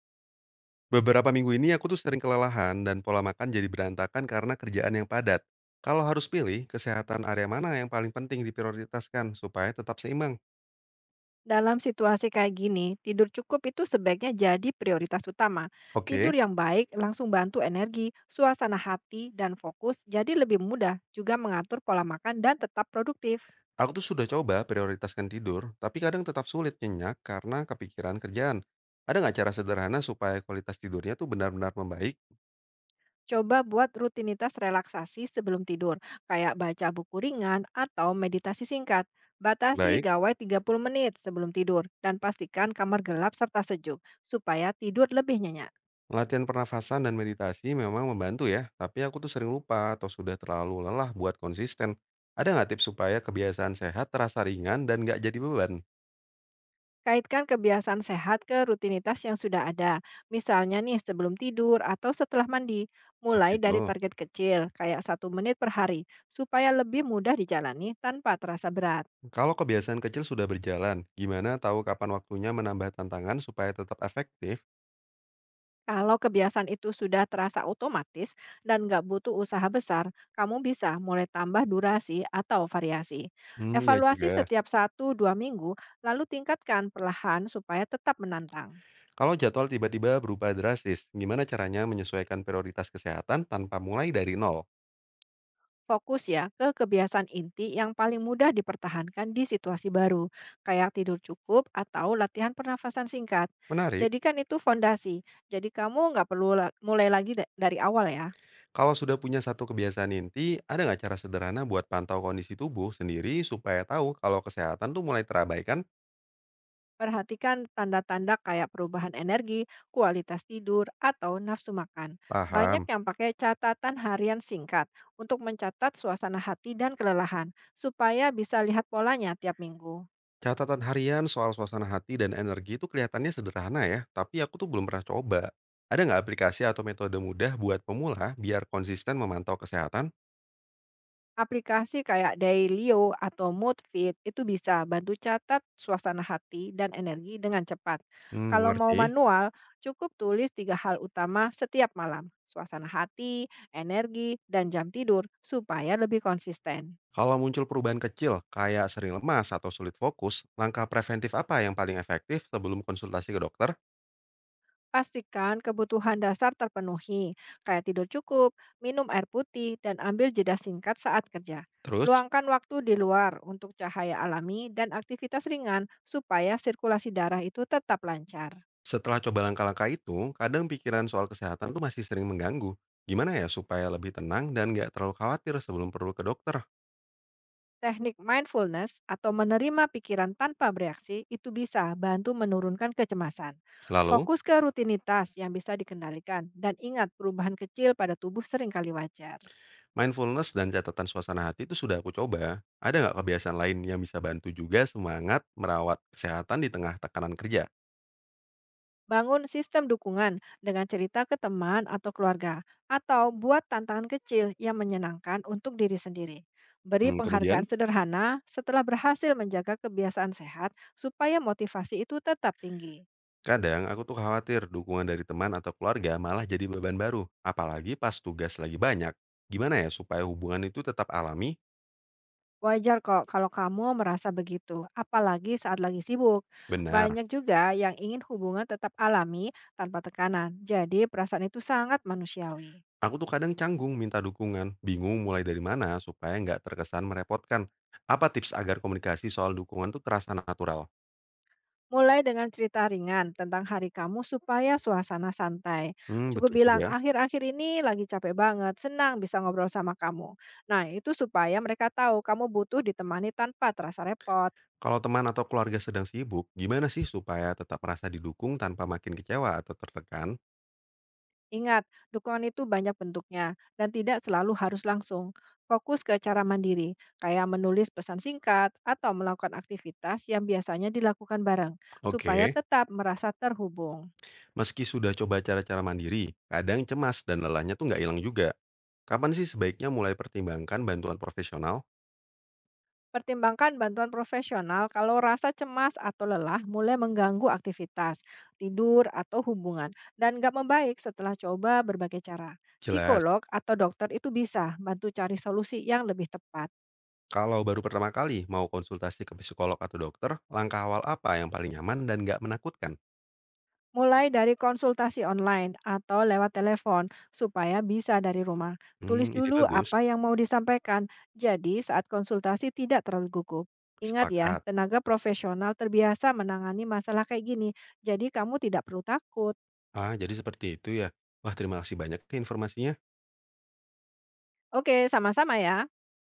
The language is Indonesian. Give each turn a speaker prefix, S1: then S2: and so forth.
S1: Beberapa minggu ini aku tuh sering kelelahan dan pola makan jadi berantakan karena kerjaan yang padat. Kalau harus pilih, kesehatan area mana yang paling penting diprioritaskan supaya tetap seimbang?
S2: Dalam situasi kayak gini, tidur cukup itu sebaiknya jadi prioritas utama. Tidur
S1: Oke,
S2: yang baik langsung bantu energi, suasana hati, dan fokus jadi lebih mudah juga mengatur pola makan dan tetap produktif.
S1: aku tuh sudah coba prioritaskan tidur, tapi kadang tetap sulit nyenyak karena kepikiran kerjaan. Ada nggak cara sederhana supaya kualitas tidurnya tuh benar-benar membaik?
S2: Coba buat rutinitas relaksasi sebelum tidur, kayak baca buku ringan atau meditasi singkat. Batasi
S1: Baik.
S2: gawai 30 menit sebelum tidur dan pastikan kamar gelap serta sejuk supaya tidur lebih nyenyak.
S1: Latihan pernafasan dan meditasi memang membantu ya, tapi aku tuh sering lupa atau sudah terlalu lelah buat konsisten. Ada nggak tips supaya kebiasaan sehat terasa ringan dan nggak jadi beban?
S2: Kaitkan kebiasaan sehat ke rutinitas yang sudah ada. Misalnya nih sebelum tidur atau setelah mandi.
S1: Oh
S2: Mulai dari
S1: gitu.
S2: target kecil, kayak 1 menit per hari, supaya lebih mudah dijalani tanpa terasa berat.
S1: Kalau kebiasaan kecil sudah berjalan, gimana tahu kapan waktunya menambah tantangan supaya tetap efektif?
S2: Kalau kebiasaan itu sudah terasa otomatis dan nggak butuh usaha besar, kamu bisa mulai tambah durasi atau variasi.
S1: Hmm, iya
S2: Evaluasi
S1: juga.
S2: setiap 1 2 minggu, lalu tingkatkan perlahan supaya tetap menantang.
S1: Kalau jadwal tiba-tiba berubah drastis, gimana caranya menyesuaikan prioritas kesehatan tanpa mulai dari nol?
S2: Fokus ya ke kebiasaan inti yang paling mudah dipertahankan di situasi baru, kayak tidur cukup atau latihan pernafasan singkat.
S1: Menarik.
S2: Jadikan itu fondasi, jadi kamu nggak perlu mulai lagi dari awal ya.
S1: Kalau sudah punya satu kebiasaan inti, ada nggak cara sederhana buat pantau kondisi tubuh sendiri supaya tahu kalau kesehatan tuh mulai terabaikan?
S2: Perhatikan tanda-tanda kayak perubahan energi, kualitas tidur, atau nafsu makan. Banyak
S1: Paham.
S2: yang pakai catatan harian singkat untuk mencatat suasana hati dan kelelahan, supaya bisa lihat polanya tiap minggu.
S1: Catatan harian soal suasana hati dan energi itu kelihatannya sederhana ya, tapi aku tuh belum pernah coba. Ada nggak aplikasi atau metode mudah buat pemula biar konsisten memantau kesehatan?
S2: Aplikasi kayak Dailyo atau Moodfit itu bisa bantu catat suasana hati dan energi dengan cepat.
S1: Hmm,
S2: Kalau mau
S1: mengerti.
S2: manual, cukup tulis 3 hal utama setiap malam. Suasana hati, energi, dan jam tidur supaya lebih konsisten.
S1: Kalau muncul perubahan kecil, kayak sering lemas atau sulit fokus, langkah preventif apa yang paling efektif sebelum konsultasi ke dokter?
S2: Pastikan kebutuhan dasar terpenuhi, kayak tidur cukup, minum air putih, dan ambil jeda singkat saat kerja.
S1: Terus,
S2: Luangkan waktu di luar untuk cahaya alami dan aktivitas ringan supaya sirkulasi darah itu tetap lancar.
S1: setelah coba langkah-langkah itu, kadang pikiran soal kesehatan tuh masih sering mengganggu. Gimana ya supaya lebih tenang dan nggak terlalu khawatir sebelum perlu ke dokter?
S2: Teknik mindfulness atau menerima pikiran tanpa bereaksi itu bisa bantu menurunkan kecemasan.
S1: Lalu?
S2: Fokus ke rutinitas yang bisa dikendalikan dan ingat perubahan kecil pada tubuh seringkali wajar.
S1: Mindfulness dan catatan suasana hati itu sudah aku coba. Ada nggak kebiasaan lain yang bisa bantu juga semangat merawat kesehatan di tengah tekanan kerja?
S2: Bangun sistem dukungan dengan cerita ke teman atau keluarga atau buat tantangan kecil yang menyenangkan untuk diri sendiri. Beri
S1: Mmm,
S2: penghargaan
S1: kemudian,
S2: sederhana setelah berhasil menjaga kebiasaan sehat supaya motivasi itu tetap tinggi.
S1: kadang aku tuh khawatir dukungan dari teman atau keluarga malah jadi beban baru, apalagi pas tugas lagi banyak. Gimana ya supaya hubungan itu tetap alami?
S2: Wajar kok kalau kamu merasa begitu, apalagi saat lagi sibuk.
S1: Benar,
S2: Banyak juga yang ingin hubungan tetap alami tanpa tekanan, jadi perasaan itu sangat manusiawi.
S1: aku tuh kadang canggung minta dukungan, bingung mulai dari mana supaya nggak terkesan merepotkan. Apa tips agar komunikasi soal dukungan tuh terasa natural?
S2: Mulai dengan cerita ringan tentang hari kamu supaya suasana santai.
S1: Mmm,
S2: Cukup
S1: betul juga
S2: bilang,
S1: ya.
S2: akhir-akhir ini lagi capek banget, senang bisa ngobrol sama kamu. Nah, itu supaya mereka tahu kamu butuh ditemani tanpa terasa repot.
S1: Kalau teman atau keluarga sedang sibuk, gimana sih supaya tetap merasa didukung tanpa makin kecewa atau tertekan?
S2: Ingat, dukungan itu banyak bentuknya dan tidak selalu harus langsung. Fokus ke cara mandiri, kayak menulis pesan singkat atau melakukan aktivitas yang biasanya dilakukan bareng, supaya
S1: Oke,
S2: tetap merasa terhubung.
S1: meski sudah coba cara-cara mandiri, kadang cemas dan lelahnya tuh nggak hilang juga. Kapan sih sebaiknya mulai pertimbangkan bantuan profesional?
S2: Pertimbangkan bantuan profesional kalau rasa cemas atau lelah mulai mengganggu aktivitas, tidur, atau hubungan, dan gak membaik setelah coba berbagai cara.
S1: Jelas.
S2: Psikolog atau dokter itu bisa bantu cari solusi yang lebih tepat.
S1: Kalau baru pertama kali mau konsultasi ke psikolog atau dokter, langkah awal apa yang paling nyaman dan nggak menakutkan?
S2: Mulai dari konsultasi online atau lewat telepon supaya bisa dari rumah. Tulis
S1: Hmm, ide
S2: dulu
S1: bagus.
S2: apa yang mau disampaikan, jadi saat konsultasi tidak terlalu gugup. Ingat ya,
S1: Sepakat.
S2: tenaga profesional terbiasa menangani masalah kayak gini, jadi kamu tidak perlu takut.
S1: Ah, jadi seperti itu ya. Wah, terima kasih banyak ke informasinya.
S2: Oke, sama-sama ya.